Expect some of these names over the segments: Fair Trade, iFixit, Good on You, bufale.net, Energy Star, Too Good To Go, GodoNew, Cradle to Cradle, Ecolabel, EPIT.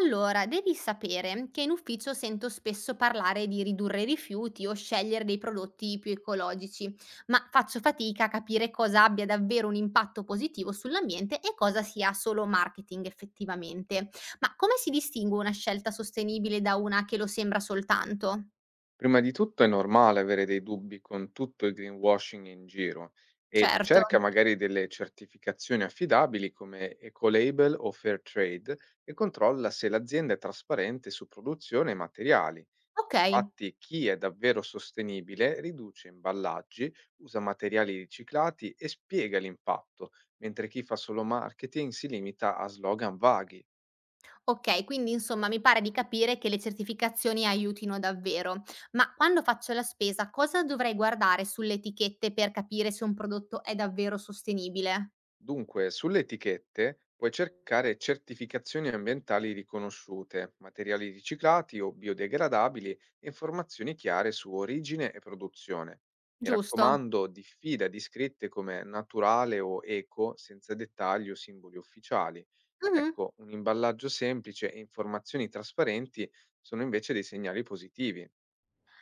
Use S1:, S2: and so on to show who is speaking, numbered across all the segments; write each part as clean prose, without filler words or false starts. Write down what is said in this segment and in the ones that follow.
S1: Allora, devi sapere che in ufficio sento spesso parlare di ridurre i rifiuti o scegliere dei prodotti più ecologici, ma faccio fatica a capire cosa abbia davvero un impatto positivo sull'ambiente e cosa sia solo marketing effettivamente. Ma come si distingue una scelta sostenibile da una che lo sembra soltanto?
S2: Prima di tutto è normale avere dei dubbi con tutto il greenwashing in giro e
S1: Certo.
S2: cerca magari delle certificazioni affidabili come Ecolabel o Fair Trade e controlla se l'azienda è trasparente su produzione e materiali.
S1: Ok.
S2: Infatti chi è davvero sostenibile riduce imballaggi, usa materiali riciclati e spiega l'impatto, mentre chi fa solo marketing si limita a slogan vaghi.
S1: Okay, quindi insomma mi pare di capire che le certificazioni aiutino davvero. Ma quando faccio la spesa cosa dovrei guardare sulle etichette per capire se un prodotto è davvero sostenibile?
S2: Dunque, sulle etichette puoi cercare certificazioni ambientali riconosciute, materiali riciclati o biodegradabili e informazioni chiare su origine e produzione. Mi
S1: Giusto?
S2: raccomando, diffida di scritte come naturale o eco senza dettagli o simboli ufficiali.
S1: Mh-mh.
S2: Ecco, un imballaggio semplice e informazioni trasparenti sono invece dei segnali positivi.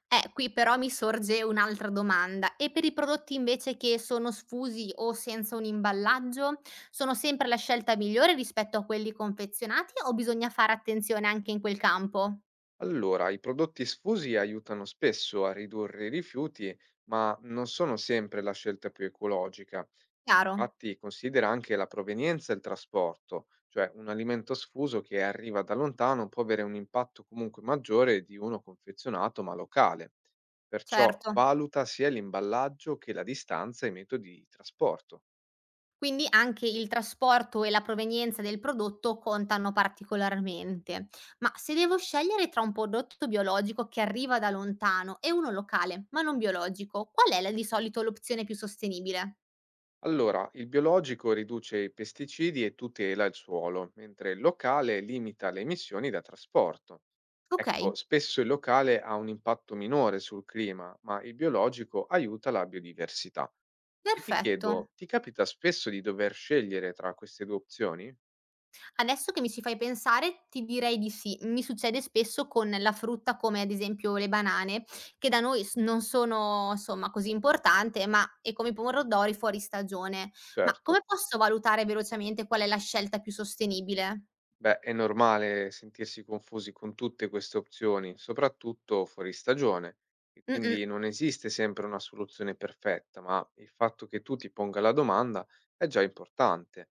S1: Qui però mi sorge un'altra domanda. E per i prodotti invece che sono sfusi o senza un imballaggio, sono sempre la scelta migliore rispetto a quelli confezionati o bisogna fare attenzione anche in quel campo?
S2: Allora, i prodotti sfusi aiutano spesso a ridurre i rifiuti, ma non sono sempre la scelta più ecologica.
S1: Chiaro,
S2: Infatti, considera anche la provenienza e il trasporto, cioè un alimento sfuso che arriva da lontano può avere un impatto comunque maggiore di uno confezionato ma locale. Perciò
S1: certo.
S2: valuta sia l'imballaggio che la distanza e i metodi di trasporto.
S1: Quindi anche il trasporto e la provenienza del prodotto contano particolarmente. Ma se devo scegliere tra un prodotto biologico che arriva da lontano e uno locale, ma non biologico, di solito l'opzione più sostenibile?
S2: Allora, il biologico riduce i pesticidi e tutela il suolo, mentre il locale limita le emissioni da trasporto.
S1: Ok,
S2: Ecco, spesso il locale ha un impatto minore sul clima, ma il biologico aiuta la biodiversità. E ti
S1: perfetto.
S2: chiedo, ti capita spesso di dover scegliere tra queste due opzioni?
S1: Adesso che mi ci fai pensare ti direi di sì. Mi succede spesso con la frutta come ad esempio le banane, che da noi s non sono insomma così importante, ma è come i pomodori fuori stagione. Ma
S2: Certo.
S1: come posso valutare velocemente qual è la scelta più sostenibile?
S2: Beh, è normale sentirsi confusi con tutte queste opzioni, soprattutto fuori stagione, e
S1: Mh-mh,
S2: quindi non esiste sempre una soluzione perfetta, ma il fatto che tu ti ponga la domanda è già importante.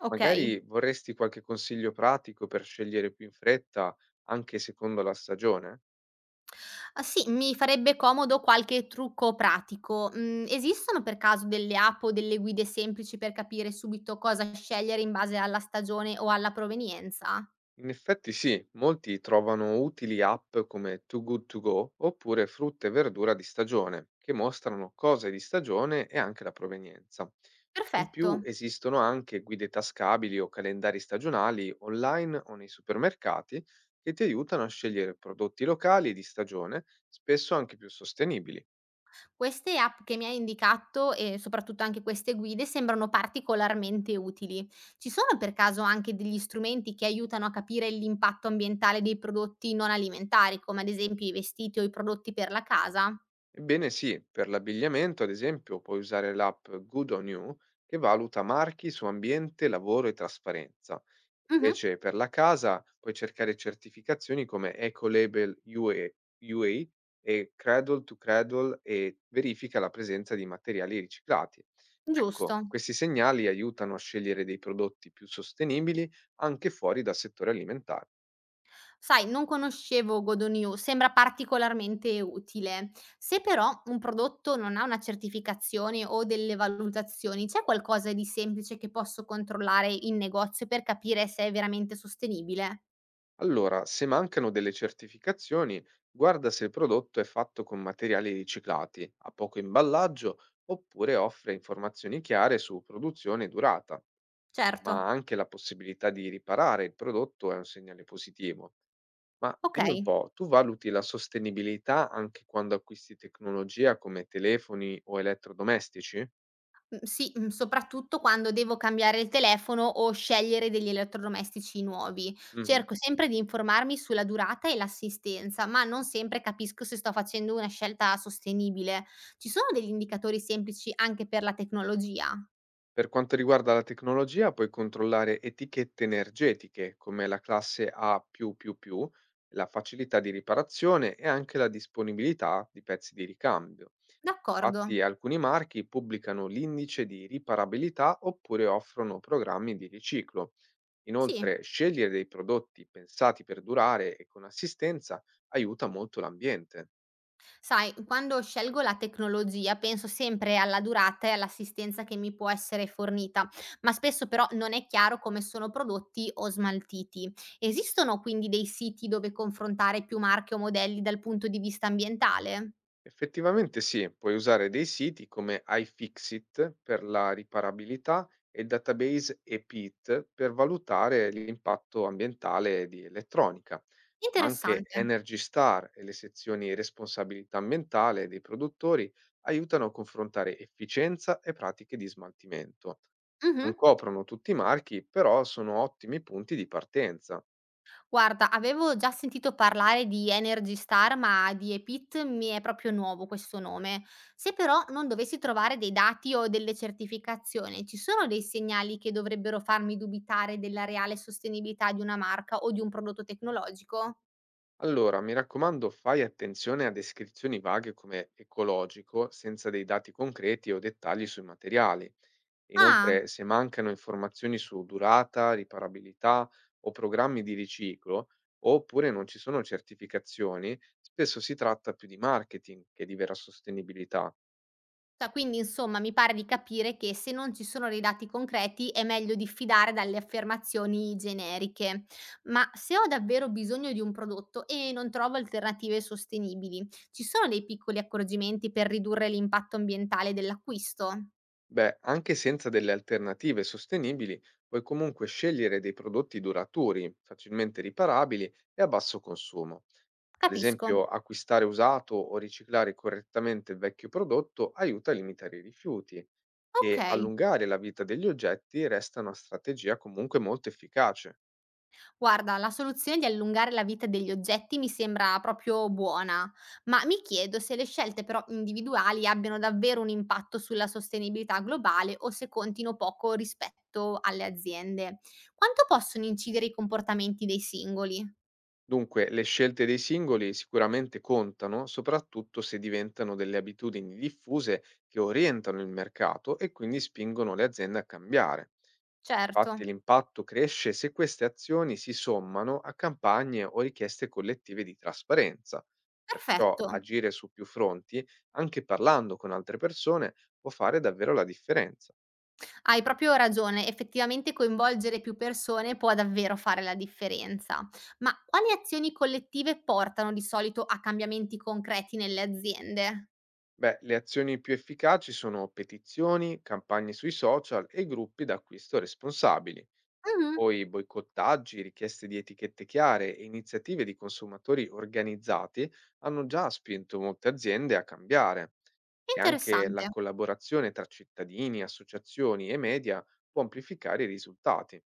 S1: okay.
S2: Magari vorresti qualche consiglio pratico per scegliere più in fretta, anche secondo la stagione?
S1: Ah sì, mi farebbe comodo qualche trucco pratico. Mhmm, Esistono per caso delle app o delle guide semplici per capire subito cosa scegliere in base alla stagione o alla provenienza?
S2: In effetti sì, molti trovano utili app come Too Good To Go oppure frutta e verdura di stagione, che mostrano cose di stagione e anche la provenienza. In più
S1: Perfetto.
S2: esistono anche guide tascabili o calendari stagionali online o nei supermercati che ti aiutano a scegliere prodotti locali e di stagione, spesso anche più sostenibili.
S1: Queste app che mi hai indicato e soprattutto anche queste guide sembrano particolarmente utili. Ci sono per caso anche degli strumenti che aiutano a capire l'impatto ambientale dei prodotti non alimentari, come ad esempio i vestiti o i prodotti per la casa?
S2: Ebbene sì, per l'abbigliamento, ad esempio, puoi usare l'app Good on You che valuta marchi su ambiente, lavoro e trasparenza.
S1: Mhm,
S2: Invece per la casa puoi cercare certificazioni come Ecolabel UE, UE e Cradle to Cradle e verifica la presenza di materiali riciclati. Ecco,
S1: giusto.
S2: questi segnali aiutano a scegliere dei prodotti più sostenibili anche fuori dal settore alimentare.
S1: Sai, non conoscevo GodoNew, sembra particolarmente utile. Se però un prodotto non ha una certificazione o delle valutazioni, c'è qualcosa di semplice che posso controllare in negozio per capire se è veramente sostenibile?
S2: Allora, se mancano delle certificazioni, guarda se il prodotto è fatto con materiali riciclati, ha poco imballaggio oppure offre informazioni chiare su produzione e durata,
S1: Certo,
S2: ma anche la possibilità di riparare il prodotto è un segnale positivo. Ma dimmi un
S1: okay.
S2: po', tu valuti la sostenibilità anche quando acquisti tecnologia come telefoni o elettrodomestici?
S1: Mhmm, sì, soprattutto quando devo cambiare il telefono o scegliere degli elettrodomestici nuovi.
S2: Mhm.
S1: Cerco sempre di informarmi sulla durata e l'assistenza, ma non sempre capisco se sto facendo una scelta sostenibile. Ci sono degli indicatori semplici anche per la tecnologia?
S2: Per quanto riguarda la tecnologia, puoi controllare etichette energetiche come la classe A++, la facilità di riparazione e anche la disponibilità di pezzi di ricambio.
S1: D'accordo,
S2: Infatti, alcuni marchi pubblicano l'indice di riparabilità oppure offrono programmi di riciclo.
S1: sì.
S2: Inoltre, scegliere dei prodotti pensati per durare e con assistenza aiuta molto l'ambiente.
S1: Sai, quando scelgo la tecnologia penso sempre alla durata e all'assistenza che mi può essere fornita, ma spesso però non è chiaro come sono prodotti o smaltiti. Esistono quindi dei siti dove confrontare più marche o modelli dal punto di vista ambientale?
S2: Effettivamente sì, puoi usare dei siti come iFixit per la riparabilità e il database EPIT per valutare l'impatto ambientale di elettronica, ma anche
S1: Interessante.
S2: Energy Star e le sezioni responsabilità ambientale dei produttori aiutano a confrontare efficienza e pratiche di smaltimento. Non
S1: Mhm.
S2: coprono tutti i marchi, però sono ottimi punti di partenza.
S1: Guarda, avevo già sentito parlare di Energy Star, ma di EPIT mi è proprio nuovo questo nome. Se però non dovessi trovare dei dati o delle certificazioni, ci sono dei segnali che dovrebbero farmi dubitare della reale sostenibilità di una marca o di un prodotto tecnologico?
S2: Allora, mi raccomando, fai attenzione a descrizioni vaghe come ecologico, senza dei dati concreti o dettagli sui materiali.
S1: Ah.
S2: Inoltre, se mancano informazioni su durata, riparabilità o programmi di riciclo, oppure non ci sono certificazioni, spesso si tratta più di marketing che di vera sostenibilità.
S1: Cioè, quindi insomma mi pare di capire che se non ci sono dei dati concreti è meglio diffidare dalle affermazioni generiche. Ma se ho davvero bisogno di un prodotto e non trovo alternative sostenibili, ci sono dei piccoli accorgimenti per ridurre l'impatto ambientale dell'acquisto?
S2: Beh, anche senza delle alternative sostenibili, puoi comunque scegliere dei prodotti duraturi, facilmente riparabili e a basso consumo. Ad
S1: Capisco.
S2: esempio, acquistare usato o riciclare correttamente il vecchio prodotto aiuta a limitare i rifiuti e
S1: Ok.
S2: allungare la vita degli oggetti resta una strategia comunque molto efficace.
S1: Guarda, la soluzione di allungare la vita degli oggetti mi sembra proprio buona, ma mi chiedo se le scelte però individuali abbiano davvero un impatto sulla sostenibilità globale o se contino poco rispetto alle aziende. Quanto possono incidere i comportamenti dei singoli?
S2: Dunque, le scelte dei singoli sicuramente contano, soprattutto se diventano delle abitudini diffuse che orientano il mercato e quindi spingono le aziende a cambiare.
S1: Certo,
S2: Infatti, l'impatto cresce se queste azioni si sommano a campagne o richieste collettive di trasparenza. Perciò
S1: perfetto.
S2: agire su più fronti, anche parlando con altre persone, può fare davvero la differenza.
S1: Hai proprio ragione, effettivamente coinvolgere più persone può davvero fare la differenza. Ma quali azioni collettive portano di solito a cambiamenti concreti nelle aziende?
S2: Beh, le azioni più efficaci sono petizioni, campagne sui social e gruppi d'acquisto responsabili.
S1: Mhm.
S2: Poi boicottaggi, richieste di etichette chiare e iniziative di consumatori organizzati hanno già spinto molte aziende a cambiare e anche la
S1: Interessante.
S2: collaborazione tra cittadini, associazioni e media può amplificare i risultati.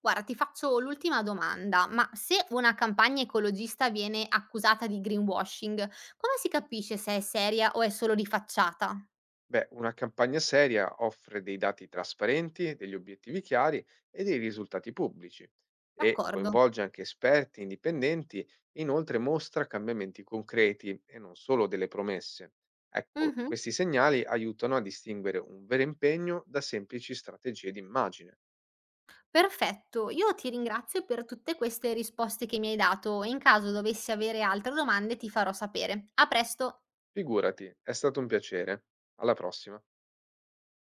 S1: Guarda, ti faccio l'ultima domanda, ma se una campagna ecologista viene accusata di greenwashing, come si capisce se è seria o è solo di facciata?
S2: Beh, una campagna seria offre dei dati trasparenti, degli obiettivi chiari e dei risultati pubblici e
S1: D'accordo.
S2: coinvolge anche esperti indipendenti e inoltre mostra cambiamenti concreti e non solo delle promesse. Ecco,
S1: Mhm.
S2: questi segnali aiutano a distinguere un vero impegno da semplici strategie di immagine.
S1: Perfetto, io ti ringrazio per tutte queste risposte che mi hai dato e in caso dovessi avere altre domande ti farò sapere. A presto!
S2: Figurati, è stato un piacere. Alla prossima.